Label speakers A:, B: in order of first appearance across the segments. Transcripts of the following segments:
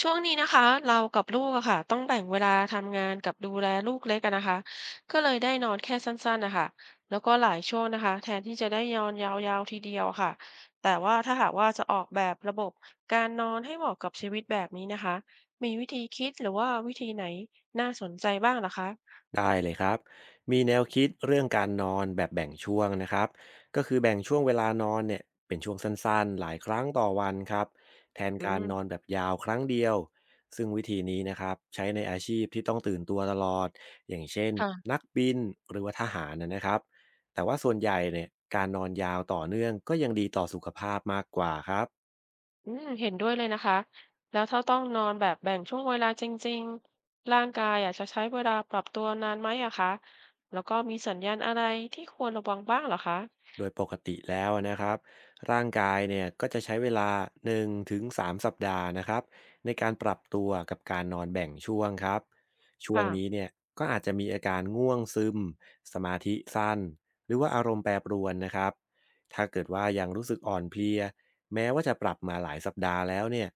A: ช่วงนี้นะคะเรากับลูกอะค่ะต้องแบ่งเวลาทำงานกับดูแลลูกเล็กอะนะคะก็เลยได้นอนแค่สั้นๆนะคะแล้วก็หลายช่วงนะคะแทนที่จะได้นอนยาวๆทีเดียวค่ะแต่ว่าถ้าหากว่าจะออกแบบระบบการนอนให้เหมาะกับชีวิตแบบนี้นะคะมีวิธีคิดหรือว่าวิธีไหนน่าสนใจบ้างเหรอคะ
B: ได้เลยครับมีแนวคิดเรื่องการนอนแบบแบ่งช่วงนะครับก็คือแบ่งช่วงเวลานอนเนี่ยเป็นช่วงสั้นๆหลายครั้งต่อวันครับแทน
A: อื
B: การนอน
A: ม
B: แบบยาวครั้งเดียวซึ่งวิธีนี้นะครับใช้ในอาชีพที่ต้องตื่นตัวตลอดอย่างเช่น
A: ค่ะ
B: นักบินหรือว่าทหารนะครับแต่ว่าส่วนใหญ่เนี่ยการนอนยาวต่อเนื่องก็ยังดีต่อสุขภาพมากกว่าครับ
A: อืมเห็นด้วยเลยนะคะแล้วถ้าต้องนอนแบบแบ่งช่วงเวลาจริงๆร่างกายอ่ะจะใช้เวลาปรับตัวนานไหมอะคะแล้วก็มีสัญญาณอะไรที่ควรระวังบ้างเหรอคะ
B: โดยปกติแล้วนะครับร่างกายเนี่ยก็จะใช้เวลา1-3สามสัปดาห์นะครับในการปรับตัวกับการนอนแบ่งช่วงครับช่วง
A: ค่ะ
B: นี้เนี่ยก็อาจจะมีอาการง่วงซึมสมาธิสั้นหรือว่าอารมณ์แปรปรวนนะครับถ้าเกิดว่ายังรู้สึกอ่อนเพลียแม้ว่าจะปรับมาหลายสัปดาห์แล้วเนี่ย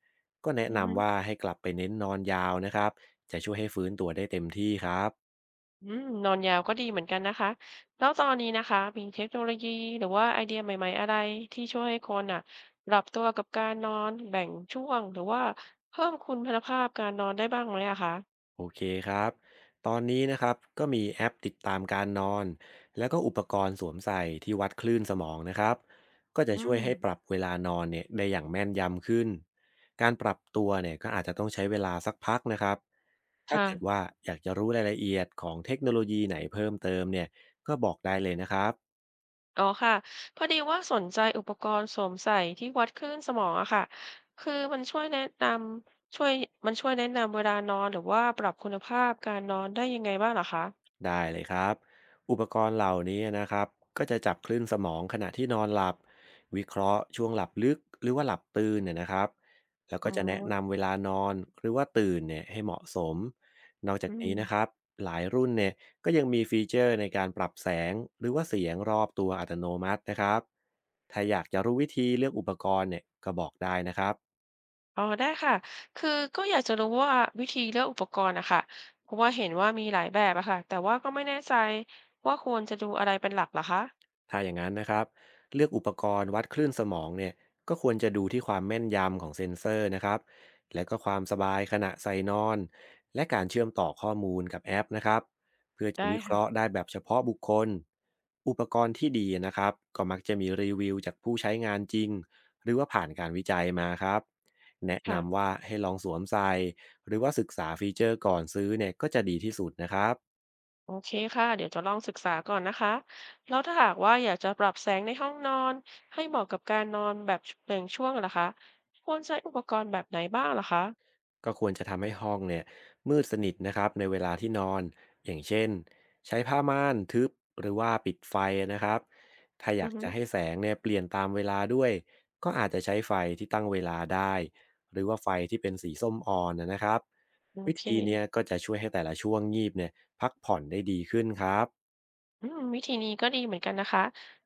B: ก็แนะ
A: อือฮึ
B: นำว่าให้กลับไปเน้นนอนยาวนะครับจะช่วยให้ฟื้นตัวได้เต็มที่ครับ
A: อืมนอนยาวก็ดีเหมือนกันนะคะแล้วตอนนี้นะคะมีเทคโนโลยีหรือว่าไอเดียใหม่ๆอะไรที่ช่วยให้คนอ่ะปรับตัวกับการนอนแบ่งช่วงหรือว่าเพิ่มคุณภาพการนอนได้บ้างไหมอะคะ
B: โอเคครับ ตอนนี้นะครับก็มีแอปติดตามการนอนแล้วก็อุปกรณ์สวมใส่ที่วัดคลื่นสมองนะครับก็จะ
A: อื
B: ช่วย
A: ม
B: ให้ปรับเวลานอนเนี่ยได้อย่างแม่นยำขึ้นการปรับตัวเนี่ยก็อาจจะต้องใช้เวลาสักพักนะครับถ้าเกิด
A: ค่ะ
B: ว่าอยากจะรู้รายละเอียดของเทคโนโลยีไหนเพิ่มเติมเนี่ยก็บอกได้เลยนะครับ
A: อ๋อค่ะพอดีว่าสนใจอุปกรณ์สวมใส่ที่วัดคลื่นสมองอะค่ะคือำช่วยมันช่วยแนะนำเวลานอนหรือว่าปรับคุณภาพการนอนได้ยังไงบ้างเหรอคะ
B: ได้เลยครับ อุปกรณ์เหล่านี้นะครับก็จะจับคลื่นสมองขณะที่นอนหลับ วิเคราะห์ช่วงหลับลึกหรือว่าหลับตื่นเนี่ยนะครับแล้วก็
A: อ๋อ
B: จะแนะนำเวลานอนหรือว่าตื่นเนี่ยให้เหมาะสม นอกจาก
A: อื
B: นี้นะครั
A: ม
B: บหลายรุ่นเนี่ยก็ยังมีฟีเจอร์ในการปรับแสงหรือว่าเสียงรอบตัวอัตโนมัตินะครับถ้าอยากจะรู้วิธีเลือกอุปกรณ์เนี่ยก็บอกได้นะครับ
A: อ๋อได้ค่ะคือก็อยากจะรู้ว่าวิธีเลือกอุปกรณ์อะค่ะเพราะว่าเห็นว่ามีหลายแบบอะค่ะแต่ว่าก็ไม่แน่ใจว่าควรจะดูอะไรเป็นหลักเหรอคะ
B: ถ้าอย่างนั้นนะครับเลือกอุปกรณ์วัดคลื่นสมองเนี่ยก็ควรจะดูที่ความแม่นยำของเซ็นเซอร์นะครับและก็ความสบายขณะใส่นอนและการเชื่อมต่อข้อมูลกับแอปนะครับเพื่อจะ
A: ได้
B: วิเคราะห์
A: ค่ะ
B: ได้แบบเฉพาะบุคคลอุปกรณ์ที่ดีนะครับก็มักจะมีรีวิวจากผู้ใช้งานจริงหรือว่าผ่านการวิจัยมาครับแนะ
A: ค่ะ
B: นำว่าให้ลองสวมใส่หรือว่าศึกษาฟีเจอร์ก่อนซื้อเนี่ยก็จะดีที่สุดนะครับ
A: โอเคค่ะเดี๋ยวจะลองศึกษาก่อนนะคะแล้วถ้าหากว่าอยากจะปรับแสงในห้องนอนให้เหมาะกับการนอนแบบแบ่งช่วงล่ะคะควรใช้อุปกรณ์แบบไหนบ้างล่ะคะ
B: ก็ควรจะทำให้ห้องเนี่ยมืดสนิทนะครับในเวลาที่นอนอย่างเช่นใช้ผ้าม่านทึบหรือว่าปิดไฟนะครับถ้าอ
A: อื
B: ยาก
A: อฮึ
B: จะให้แสงเนี่ยเปลี่ยนตามเวลาด้วยก็อาจจะใช้ไฟที่ตั้งเวลาได้หรือว่าไฟที่เป็นสีส้มอ่อนนะครับ
A: โอ
B: วิ
A: เค
B: ธีเนี้ยก็จะช่วยให้แต่ละช่วงงีบเนี่ยพักผ่อนได้ดีขึ้นครับ
A: อืมวิธีนี้ก็ดีเหมือนกันนะคะ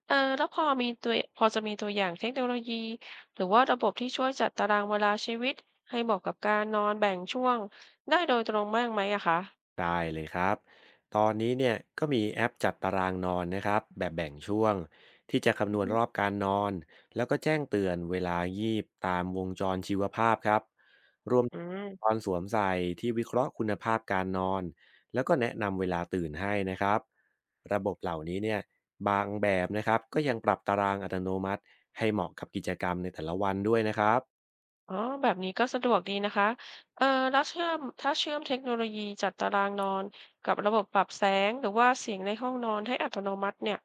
A: เออแล้วพอจะมีตัวอย่างเทคโนโลยีหรือว่าระบบที่ช่วยจัดตารางเวลาชีวิตให้เหมาะกับการนอนแบ่งช่วงได้โดยตรงบ้างไหมอะคะ
B: ได้เลยครับตอนนี้เนี่ยก็มีแอปจัดตารางนอนนะครับแบบแบ่งช่วงที่จะคำ
A: อื
B: น
A: อ
B: วณ
A: ฮึ
B: รอบการนอนแล้วก็แจ้งเตือนเวลายีบตามวงจรชีวภาพครับรวม
A: อื
B: ต
A: ม
B: อนสวมใส่ที่วิเคราะห์คุณภาพการนอนแล้วก็แนะนำเวลาตื่นให้นะครับระบบเหล่านี้เนี่ยบางแบบนะครับก็ยังปรับตารางอัตโนมัติให้เหมาะกับกิจกรรมในแต่ละวันด้วยนะครับ
A: อ๋อแบบนี้ก็สะดวกดีนะคะเอ่อแล้วเชื่อมถ้าเชื่อมเทคโนโลยีจัดตารางนอนกับระบบปรับแสงหรือว่าเสียงในห้องนอนให้อัตโนมัติเนี่ย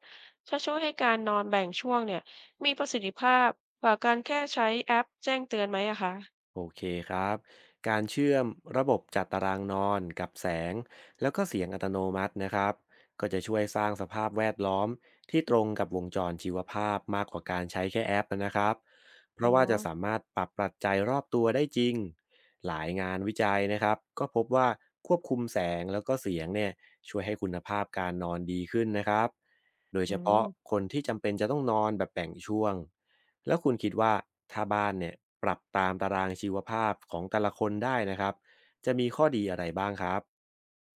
A: จะช่วยให้การนอนแบ่งช่วงเนี่ยมีประสิทธิภาพกว่าการแค่ใช้แอปแจ้งเตือนไหมอะคะ
B: โอเคครับการเชื่อมระบบจัดตารางนอนกับแสงแล้วก็เสียงอัตโนมัตินะครับก็จะช่วยสร้างสภาพแวดล้อมที่ตรงกับวงจรชีวภาพมากกว่าการใช้แค่แอปนะครับเพ
A: อ๋อ
B: ราะว่าจะสามารถปรับปัจจัยรอบตัวได้จริงหลายงานวิจัยนะครับก็พบว่าควบคุมแสงแล้วก็เสียงเนี่ยช่วยให้คุณภาพการนอนดีขึ้นนะครับโดย
A: อื
B: เฉพาะ
A: ม
B: คนที่จำเป็นจะต้องนอนแบบแบ่งช่วง แล้วคุณคิดว่าถ้าบ้านเนี่ยปรับตามตารางชีวภาพของแต่ละคนได้นะครับจะมีข้อดีอะไรบ้างครับ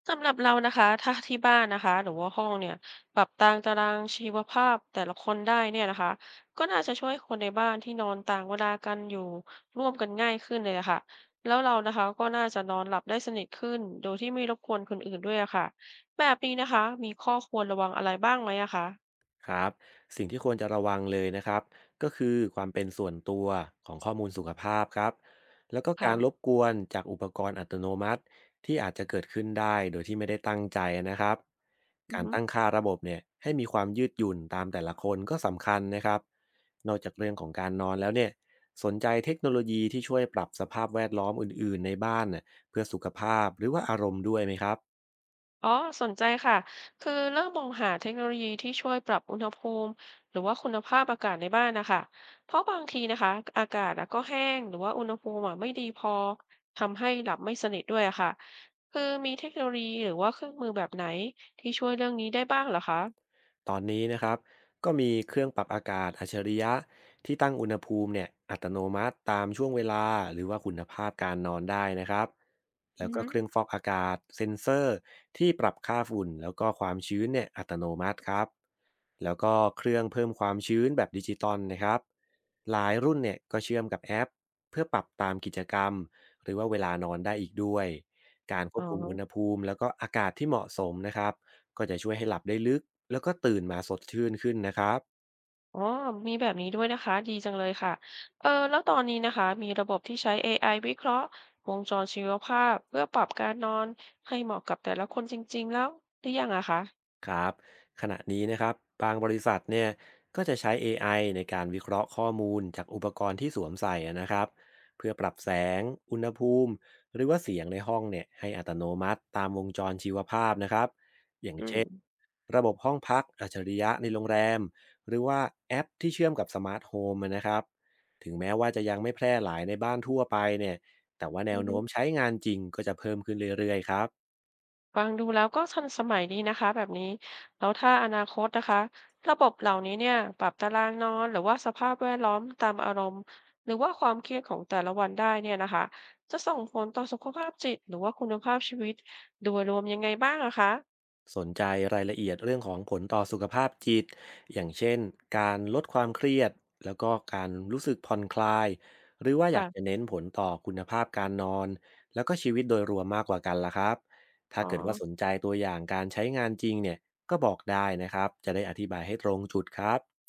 A: สำหรับเรานะคะถ้าที่บ้านนะคะหรือว่าห้องเนี่ยปรับตามตารางชีวภาพแต่ละคนได้เนี่ยนะคะก็น่าจะช่วยคนในบ้านที่นอนต่างเวลากันอยู่ร่วมกันง่ายขึ้นเลยอะค่ะแล้วเรานะคะก็น่าจะนอนหลับได้สนิทขึ้นโดยที่ไม่รบกวนคนอื่นด้วยอะค่ะแบบนี้นะคะมีข้อควรระวังอะไรบ้างไหมอะคะ
B: ครับสิ่งที่ควรจะระวังเลยนะครับก็คือความเป็นส่วนตัวของข้อมูลสุขภาพครับแล้วก็กา
A: ค่ะ
B: รรบกวนจากอุปกรณ์อัตโนมัติที่อาจจะเกิดขึ้นได้โดยที่ไม่ได้ตั้งใจนะครับ
A: อื
B: กา
A: อ
B: ร
A: ฮึ
B: ตั้งค่าระบบเนี่ยให้มีความยืดหยุ่นตามแต่ละคนก็สำคัญนะครับนอกจากเรื่องของการนอนแล้วเนี่ยสนใจเทคโนโลยีที่ช่วยปรับสภาพแวดล้อมอื่นๆในบ้านน่ะเพื่อสุขภาพหรือว่าอารมณ์ด้วยไหมครับ
A: อ๋อสนใจค่ะคือเริ่มมองหาเทคโนโลยีที่ช่วยปรับอุณหภูมิหรือว่าคุณภาพอากาศในบ้านนะคะ เพราะบางทีนะคะอากาศอะก็แห้งหรือว่าอุณหภูมิอะไม่ดีพอทำให้หลับไม่สนิทด้วยอะค่ะคือมีเทคโนโลยีหรือว่าเครื่องมือแบบไหนที่ช่วยเรื่องนี้ได้บ้างเหรอคะ
B: ตอนนี้นะครับก็มีเครื่องปรับอากาศอัจฉริยะที่ตั้งอุณหภูมิเนี่ยอัตโนมัติตามช่วงเวลาหรือว่าคุณภาพการนอนได้นะครับแล้
A: อื
B: ว
A: อ
B: ก็
A: ฮึ
B: เครื่องฟอกอากาศเซ็นเซอร์ที่ปรับค่าฝุ่นแล้วก็ความชื้นเนี่ยอัตโนมัติครับแล้วก็เครื่องเพิ่มความชื้นแบบดิจิตอลนะครับหลายรุ่นเนี่ยก็เชื่อมกับแอปเพื่อปรับตามกิจกรรมหรือว่าเวลานอนได้อีกด้วยการคว
A: อ๋อ
B: บคุมอุณหภูมิแล้วก็อากาศที่เหมาะสมนะครับ ก็จะช่วยให้หลับได้ลึกแล้วก็ตื่นมาสดชื่นขึ้นนะครับ
A: อ๋อมีแบบนี้ด้วยนะคะดีจังเลยค่ะเออแล้วตอนนี้นะคะมีระบบที่ใช้ AI วิเคราะห์วงจรชีวภาพเพื่อปรับการนอนให้เหมาะกับแต่ละคนจริงๆแล้วหรือยังอะคะ
B: ครับขณะนี้นะครับบางบริษัทเนี่ยก็จะใช้ AI ในการวิเคราะห์ข้อมูลจากอุปกรณ์ที่สวมใส่อะนะครับเพื่อปรับแสงอุณหภูมิหรือว่าเสียงในห้องเนี่ยให้อัตโนมัติตามวงจรชีวภาพนะครับ
A: อืม
B: ระบบห้องพักอัจฉริยะในโรงแรมหรือว่าแอปที่เชื่อมกับสมาร์ทโฮมอะนะครับถึงแม้ว่าจะยังไม่แพร่หลายในบ้านทั่วไปเนี่ยแต่ว่าแน
A: อื
B: ว
A: อฮึ
B: โน้มใช้งานจริงก็จะเพิ่มขึ้นเรื่อยๆครับ
A: ฟังดูแล้วก็ทันสมัยดีนะคะแบบนี้แล้วถ้าอนาคตนะคะระบบเหล่านี้เนี่ยปรับตารางนอนหรือว่าสภาพแวดล้อมตามอารมณ์หรือว่าความเครียดของแต่ละวันได้เนี่ยนะคะจะส่งผลต่อสุขภาพจิตหรือว่าคุณภาพชีวิตโดยรวมยังไงบ้างอะคะ
B: สนใจรายละเอียดเรื่องของผลต่อสุขภาพจิตอย่างเช่นการลดความเครียดแล้วก็การรู้สึกผ่อนคลายหรือว่าอยากจะ
A: ค่ะ
B: เน้นผลต่อคุณภาพการนอนแล้วก็ชีวิตโดยรวมมากกว่ากันล่ะครับถ้า
A: อ๋อ
B: เกิดว่าสนใจตัวอย่างการใช้งานจริงเนี่ยก็บอกได้นะครับจะได้อธิบายให้ตรงจุดครับ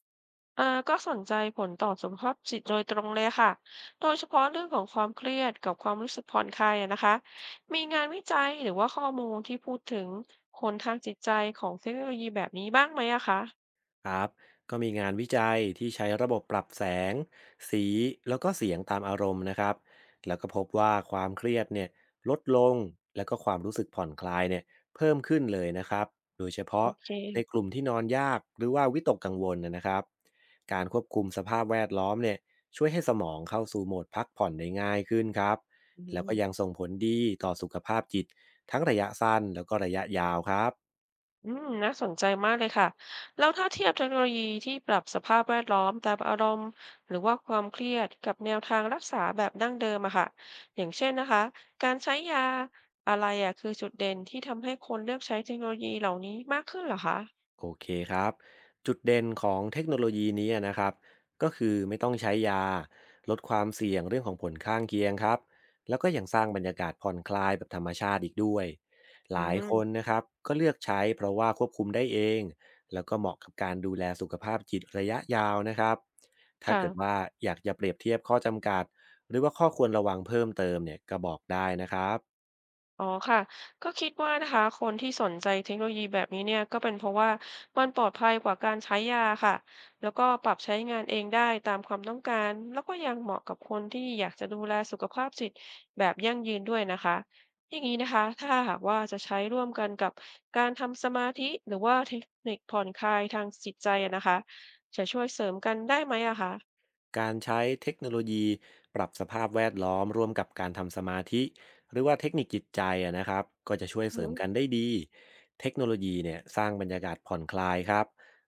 A: อ่าก็สนใจผลต่อสุขภาพจิตโดยตรงเลยค่ะ โดยเฉพาะเรื่องของความเครียดกับความรู้สึกผ่อนคลายอะนะคะ มีงานวิจัยหรือว่าข้อมูลที่พูดถึงผลทางจิตใจของเทคโนโลยีแบบนี้บ้างไหมอะคะ
B: ครับก็มีงานวิจัยที่ใช้ระบบปรับแสงสีแล้วก็เสียงตามอารมณ์นะครับแล้วก็พบว่าความเครียดเนี่ยลดลงแล้วก็ความรู้สึกผ่อนคลายเนี่ยเพิ่มขึ้นเลยนะครับโดยเฉ
A: โอ
B: พาะ
A: เค
B: ในกลุ่มที่นอนยากหรือว่าวิตกกังวลนะนะครับการควบคุมสภาพแวดล้อมเนี่ยช่วยให้สมองเข้าสู่โหมดพักผ่อนได้ง่ายขึ้นครับ
A: อื
B: แล้ว
A: ม
B: ก็ยังส่งผลดีต่อสุขภาพจิตทั้งระยะสั้นแล้วก็ระยะยาวครับ
A: อืมน่าสนใจมากเลยค่ะแล้วถ้าเทียบเทคโนโลยีที่ปรับสภาพแวดล้อมตามอารมณ์หรือว่าความเครียดกับแนวทางรักษาแบบดั้งเดิมอะค่ะอย่างเช่นนะคะการใช้ยาอะไรอะคือจุดเด่นที่ทำให้คนเลือกใช้เทคโนโลยีเหล่านี้มากขึ้นเหรอคะ
B: โอเคครับจุดเด่นของเทคโนโลยีนี้นะครับก็คือไม่ต้องใช้ยา ลดความเสี่ยงเรื่องของผลข้างเคียงครับ แล้วก็ยังสร้างบรรยากาศผ่อนคลายแบบธรรมชาติอีกด้วยห
A: อื
B: ลายค
A: ม
B: นนะครับก็เลือกใช้เพราะว่าควบคุมได้เองแล้วก็เหมาะกับการดูแลสุขภาพจิตระยะยาวนะครับถ้า
A: ค่ะ
B: เกิดว่าอยากจะเปรียบเทียบข้อจำกัดหรือว่าข้อควรระวังเพิ่มเติมเนี่ยก็บอกได้นะครับ
A: อ๋อค่ะก็คิดว่านะคะคนที่สนใจเทคโนโลยีแบบนี้เนี่ยก็เป็นเพราะว่ามันปลอดภัยกว่าการใช้ยาค่ะแล้วก็ปรับใช้งานเองได้ตามความต้องการแล้วก็ยังเหมาะกับคนที่อยากจะดูแลสุขภาพจิตแบบยั่งยืนด้วยนะคะอย่างนี้นะคะถ้าหากว่าจะใช้ร่วมกันกับการทำสมาธิหรือว่าเทคนิคผ่อนคลายทางจิตใจอะนะคะจะช่วยเสริมกันได้ไหมอะคะ
B: การใช้เทคโนโลยีปรับสภาพแวดล้อมร่วมกับการทำสมาธิหรือว่าเทคนิคจิตใจอะนะครับก็จะช่วย
A: อื
B: เสริม
A: ม
B: กันได้ดี เทคโนโลยีเนี่ยสร้างบรรยากาศผ่อนคลายครับ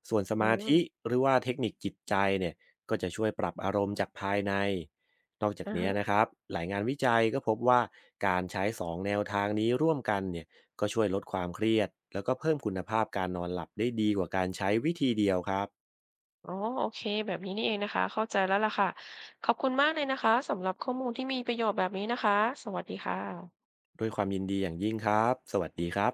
B: ส่วนส
A: อื
B: มาธิ
A: ม
B: หรือว่าเทคนิคจิตใจเนี่ยก็จะช่วยปรับอารมณ์จากภายในนอกจาก
A: อ่า
B: นี้นะ
A: ะ
B: ครับหลายงานวิจัยก็พบว่าการใช้สองแนวทางนี้ร่วมกันเนี่ยก็ช่วยลดความเครียดแล้วก็เพิ่มคุณภาพการนอนหลับได้ดีกว่าการใช้วิธีเดียวครับ
A: อ๋อโอเคแบบนี้นี่เองนะคะเข้าใจแล้วล่ะค่ะขอบคุณมากเลยนะคะสำหรับข้อมูลที่มีประโยชน์แบบนี้นะคะสวัสดีค่ะ
B: ด้วยความยินดีอย่างยิ่งครับสวัสดีครับ